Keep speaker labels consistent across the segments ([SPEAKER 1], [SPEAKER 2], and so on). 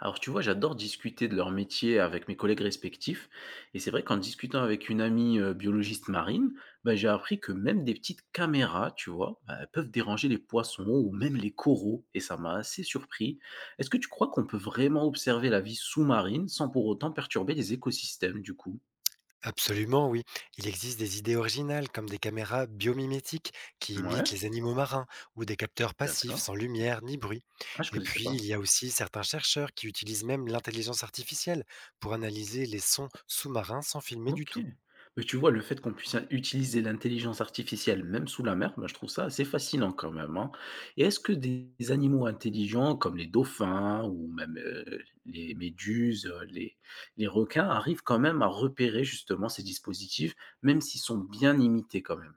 [SPEAKER 1] Alors tu vois, j'adore discuter de leur métier avec mes collègues respectifs. Et c'est vrai qu'en discutant avec une amie biologiste marine, j'ai appris que même des petites caméras, tu vois, elles peuvent déranger les poissons ou même les coraux. Et ça m'a assez surpris. Est-ce que tu crois qu'on peut vraiment observer la vie sous-marine sans pour autant perturber les écosystèmes du coup?
[SPEAKER 2] Absolument, oui. Il existe des idées originales comme des caméras biomimétiques qui imitent
[SPEAKER 1] Ouais,
[SPEAKER 2] les animaux marins ou des capteurs passifs
[SPEAKER 1] d'accord.
[SPEAKER 2] sans lumière ni bruit.
[SPEAKER 1] Ah, je
[SPEAKER 2] Et
[SPEAKER 1] connaissais
[SPEAKER 2] puis,
[SPEAKER 1] pas.
[SPEAKER 2] il y a aussi certains chercheurs qui utilisent même l'intelligence artificielle pour analyser les sons sous-marins sans filmer du
[SPEAKER 1] OK.
[SPEAKER 2] tout.
[SPEAKER 1] Mais tu vois, le fait qu'on puisse hein, utiliser l'intelligence artificielle même sous la mer, je trouve ça assez fascinant quand même, hein. Et est-ce que des animaux intelligents comme les dauphins ou même, les méduses, les requins arrivent quand même à repérer justement ces dispositifs, même s'ils sont bien imités quand même?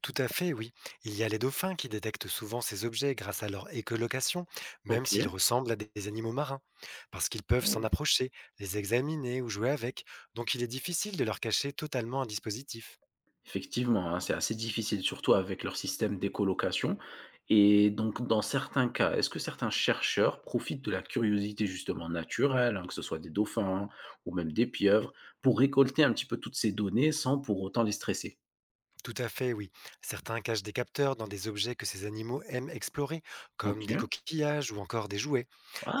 [SPEAKER 2] Tout à fait, oui. Il y a les dauphins qui détectent souvent ces objets grâce à leur écholocation, même s'ils
[SPEAKER 1] OK.
[SPEAKER 2] ressemblent à des animaux marins, parce qu'ils peuvent s'en
[SPEAKER 1] Oh!
[SPEAKER 2] approcher, les examiner ou jouer avec, donc il est difficile de leur cacher totalement un dispositif.
[SPEAKER 1] Effectivement, hein, c'est assez difficile, surtout avec leur système d'écolocation, et donc dans certains cas, est-ce que certains chercheurs profitent de la curiosité justement naturelle, hein, que ce soit des dauphins ou même des pieuvres, pour récolter un petit peu toutes ces données sans pour autant les stresser?
[SPEAKER 2] Tout à fait, oui. Certains cachent des capteurs dans des objets que ces animaux aiment explorer, comme des
[SPEAKER 1] OK.
[SPEAKER 2] coquillages ou encore des jouets.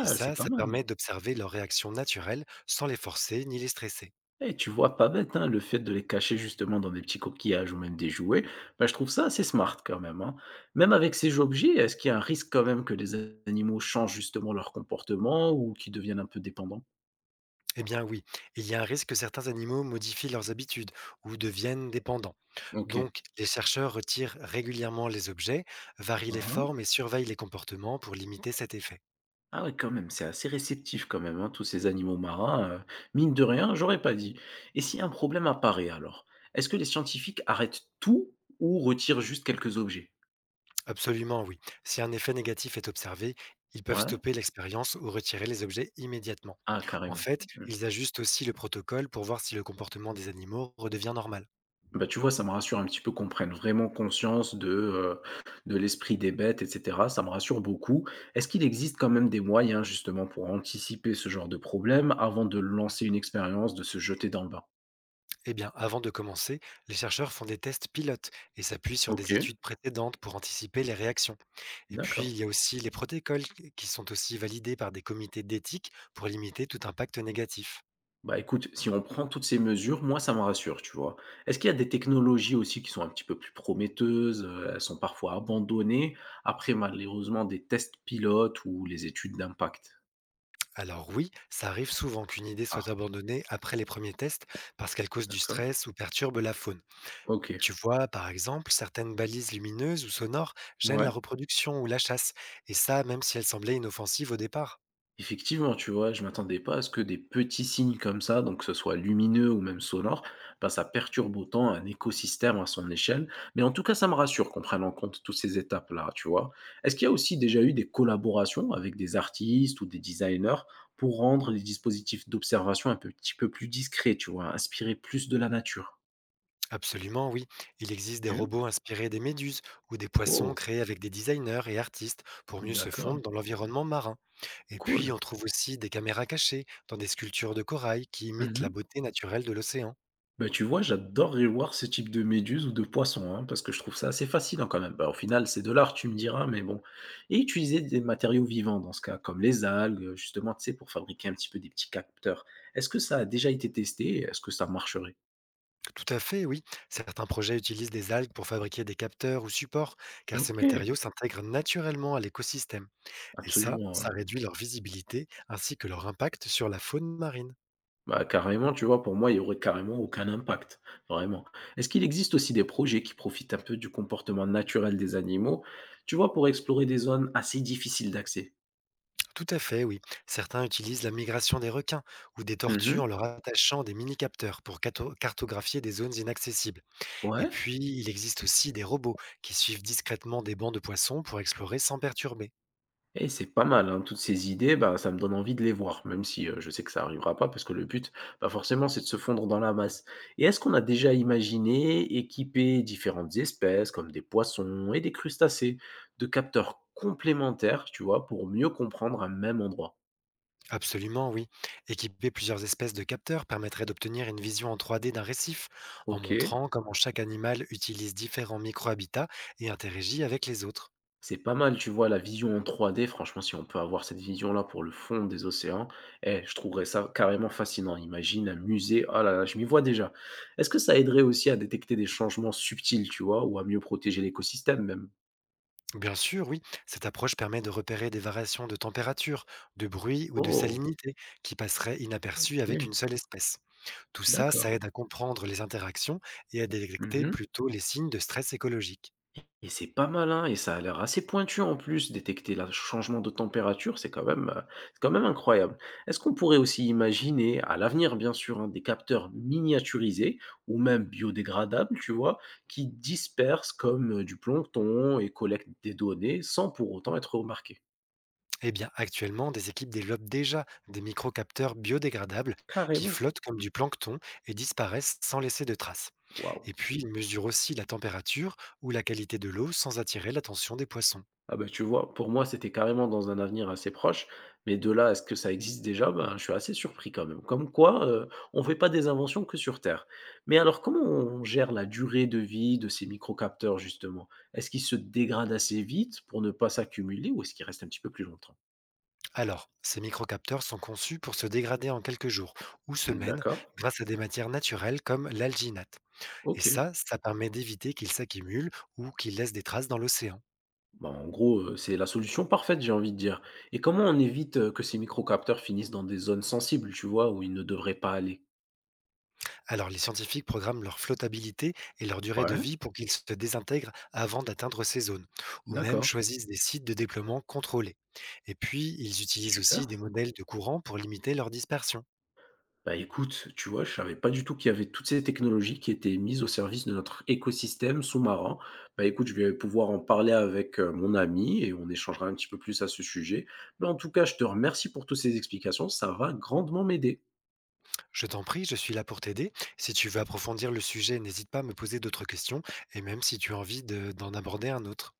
[SPEAKER 2] Et
[SPEAKER 1] c'est
[SPEAKER 2] ça,
[SPEAKER 1] pas
[SPEAKER 2] ça
[SPEAKER 1] mal.
[SPEAKER 2] permet d'observer leurs réactions naturelles sans les forcer ni les stresser.
[SPEAKER 1] Et tu vois, pas bête, hein, le fait de les cacher justement dans des petits coquillages ou même des jouets, je trouve ça assez smart quand même, hein. Même avec ces objets, est-ce qu'il y a un risque quand même que les animaux changent justement leur comportement ou qu'ils deviennent un peu dépendants?
[SPEAKER 2] Eh bien oui, il y a un risque que certains animaux modifient leurs habitudes ou deviennent dépendants.
[SPEAKER 1] OK.
[SPEAKER 2] Donc, les chercheurs retirent régulièrement les objets, varient les
[SPEAKER 1] Mmh.
[SPEAKER 2] formes et surveillent les comportements pour limiter cet effet.
[SPEAKER 1] Ah ouais, quand même, c'est assez réceptif quand même, hein, tous ces animaux marins, mine de rien, j'aurais pas dit. Et si un problème apparaît alors, est-ce que les scientifiques arrêtent tout ou retirent juste quelques objets?
[SPEAKER 2] Absolument, oui. Si un effet négatif est observé, ils peuvent
[SPEAKER 1] Ouais?
[SPEAKER 2] stopper l'expérience ou retirer les objets immédiatement.
[SPEAKER 1] Ah
[SPEAKER 2] En
[SPEAKER 1] carrément.
[SPEAKER 2] fait,
[SPEAKER 1] Mmh.
[SPEAKER 2] ils ajustent aussi le protocole pour voir si le comportement des animaux redevient normal.
[SPEAKER 1] Bah, tu vois, ça me rassure un petit peu qu'on prenne vraiment conscience de l'esprit des bêtes et cetera, ça me rassure beaucoup. Est-ce qu'il existe quand même des moyens justement pour anticiper ce genre de problème avant de lancer une expérience, de se jeter dans le bain?
[SPEAKER 2] Eh bien, avant de commencer, les chercheurs font des tests pilotes et s'appuient sur des
[SPEAKER 1] OK,
[SPEAKER 2] études précédentes pour anticiper les réactions. Et puis,
[SPEAKER 1] d'accord.
[SPEAKER 2] il y a aussi les protocoles qui sont aussi validés par des comités d'éthique pour limiter tout impact négatif.
[SPEAKER 1] Bah, écoute, si on prend toutes ces mesures, moi, ça me rassure, tu vois? Est-ce qu'il y a des technologies aussi qui sont un petit peu plus prometteuses, elles sont parfois abandonnées après malheureusement des tests pilotes ou les études d'impact?
[SPEAKER 2] Alors oui, ça arrive souvent qu'une idée
[SPEAKER 1] Ah,
[SPEAKER 2] soit abandonnée après les premiers tests parce qu'elle cause du
[SPEAKER 1] d'accord.
[SPEAKER 2] stress ou perturbe la faune.
[SPEAKER 1] OK.
[SPEAKER 2] Tu vois, par exemple, certaines balises lumineuses ou sonores gênent
[SPEAKER 1] Ouais.
[SPEAKER 2] la reproduction ou la chasse, et ça même si elles semblaient inoffensives au départ.
[SPEAKER 1] Effectivement, tu vois, je m'attendais pas à ce que des petits signes comme ça, donc que ce soit lumineux ou même sonore, ça perturbe autant un écosystème à son échelle. Mais en tout cas, ça me rassure qu'on prenne en compte toutes ces étapes-là, tu vois. Est-ce qu'il y a aussi déjà eu des collaborations avec des artistes ou des designers pour rendre les dispositifs d'observation un petit peu plus discrets, tu vois, inspirer plus de la nature?
[SPEAKER 2] Absolument, oui. Il existe des
[SPEAKER 1] Ok.
[SPEAKER 2] robots inspirés des méduses ou des poissons
[SPEAKER 1] Oh,
[SPEAKER 2] créés avec des designers et artistes pour mieux se
[SPEAKER 1] d'accord,
[SPEAKER 2] fondre dans l'environnement marin. Et
[SPEAKER 1] cool.
[SPEAKER 2] puis, on trouve aussi des caméras cachées dans des sculptures de corail qui imitent la
[SPEAKER 1] Mhm.
[SPEAKER 2] beauté naturelle de l'océan.
[SPEAKER 1] Bah, tu vois, j'adorerais voir ce type de méduse ou de poisson, hein, parce que je trouve ça assez fascinant quand même. Bah, au final, c'est de l'art, tu me diras, mais bon. Et utiliser des matériaux vivants dans ce cas, comme les algues, justement, tu sais, pour fabriquer un petit peu des petits capteurs. Est-ce que ça a déjà été testé? Est-ce que ça marcherait?
[SPEAKER 2] Tout à fait, oui. Certains projets utilisent des algues pour fabriquer des capteurs ou supports, car ces
[SPEAKER 1] Ok,
[SPEAKER 2] matériaux s'intègrent naturellement à l'écosystème. Et ça,
[SPEAKER 1] absolument.
[SPEAKER 2] ça
[SPEAKER 1] Ouais.
[SPEAKER 2] réduit leur visibilité ainsi que leur impact sur la faune marine.
[SPEAKER 1] Bah, carrément, tu vois, pour moi, il n'y aurait carrément aucun impact, vraiment. Est-ce qu'il existe aussi des projets qui profitent un peu du comportement naturel des animaux, tu vois, pour explorer des zones assez difficiles d'accès?
[SPEAKER 2] Tout à fait, oui. Certains utilisent la migration des requins ou des tortues en
[SPEAKER 1] Mhm.
[SPEAKER 2] leur attachant des mini-capteurs pour cartographier des zones inaccessibles. Et
[SPEAKER 1] Ouais.
[SPEAKER 2] puis, il existe aussi des robots qui suivent discrètement des bancs de poissons pour explorer sans perturber.
[SPEAKER 1] Et c'est pas mal, hein, toutes ces idées, ça me donne envie de les voir, même si, je sais que ça arrivera pas parce que le but, forcément, c'est de se fondre dans la masse. Et est-ce qu'on a déjà imaginé équiper différentes espèces, comme des poissons et des crustacés, de capteurs complémentaires, tu vois, pour mieux comprendre un même endroit?
[SPEAKER 2] Absolument, oui. Équiper plusieurs espèces de capteurs permettrait d'obtenir une vision en 3D d'un récif, en
[SPEAKER 1] OK.
[SPEAKER 2] montrant comment chaque animal utilise différents micro-habitats et interagit avec les autres.
[SPEAKER 1] C'est pas mal, tu vois? La vision en 3D, franchement, si on peut avoir cette vision-là pour le fond des océans, eh, je trouverais ça carrément fascinant. Imagine un musée, ah là là, je m'y vois déjà. Est-ce que ça aiderait aussi à détecter des changements subtils, tu vois, ou à mieux protéger l'écosystème même?
[SPEAKER 2] Bien sûr, oui. Cette approche permet de repérer des variations de température, de bruit ou de
[SPEAKER 1] Oh,
[SPEAKER 2] salinité qui passeraient inaperçues avec une
[SPEAKER 1] OK,
[SPEAKER 2] seule espèce. Tout ça, ça
[SPEAKER 1] d'accord.
[SPEAKER 2] aide à comprendre les interactions et à détecter
[SPEAKER 1] Mmh.
[SPEAKER 2] plutôt les signes de stress écologique.
[SPEAKER 1] Et c'est pas mal, hein, et ça a l'air assez pointu en plus, détecter le changement de température, c'est quand même incroyable. Est-ce qu'on pourrait aussi imaginer, à l'avenir bien sûr, hein, des capteurs miniaturisés ou même biodégradables, tu vois? Qui dispersent comme, du plancton et collectent des données sans pour autant être remarqués?
[SPEAKER 2] Eh bien, actuellement, des équipes développent déjà des microcapteurs biodégradables qui
[SPEAKER 1] Carrément,
[SPEAKER 2] flottent comme du plancton et disparaissent sans laisser de traces.
[SPEAKER 1] waouh!
[SPEAKER 2] Et puis, ils mesurent aussi la température ou la qualité de l'eau sans attirer l'attention des poissons.
[SPEAKER 1] Ah bah, tu vois, pour moi, c'était carrément dans un avenir assez proche, mais de là à ce que ça existe déjà, ben, je suis assez surpris quand même. Comme quoi, on ne fait pas des inventions que sur Terre. Mais alors, comment on gère la durée de vie de ces microcapteurs, justement? Est-ce qu'ils se dégradent assez vite pour ne pas s'accumuler ou est-ce qu'ils restent un petit peu plus longtemps?
[SPEAKER 2] Alors, ces microcapteurs sont conçus pour se dégrader en quelques jours ou semaines
[SPEAKER 1] D'accord.
[SPEAKER 2] grâce à des matières naturelles comme l'alginate. Et
[SPEAKER 1] Ok.
[SPEAKER 2] ça permet d'éviter qu'ils s'accumulent ou qu'ils laissent des traces dans l'océan.
[SPEAKER 1] Bah, en gros, c'est la solution parfaite, j'ai envie de dire. Et comment on évite que ces microcapteurs finissent dans des zones sensibles, tu vois, où ils ne devraient pas aller?
[SPEAKER 2] Alors les scientifiques programment leur flottabilité et leur durée de
[SPEAKER 1] Ouais,
[SPEAKER 2] vie pour qu'ils se désintègrent avant d'atteindre ces zones, ou même
[SPEAKER 1] d'accord.
[SPEAKER 2] choisissent des sites de déploiement contrôlés. Et puis, ils utilisent
[SPEAKER 1] Super.
[SPEAKER 2] aussi des modèles de courant pour limiter leur dispersion.
[SPEAKER 1] Bah, écoute, tu vois, je savais pas du tout qu'il y avait toutes ces technologies qui étaient mises au service de notre écosystème sous-marin. Bah, écoute, je vais pouvoir en parler avec mon ami et on échangera un petit peu plus à ce sujet. Mais en tout cas, je te remercie pour toutes ces explications. Ça va grandement m'aider.
[SPEAKER 2] Je t'en prie, je suis là pour t'aider. Si tu veux approfondir le sujet, n'hésite pas à me poser d'autres questions, et même si tu as envie d'en aborder un autre.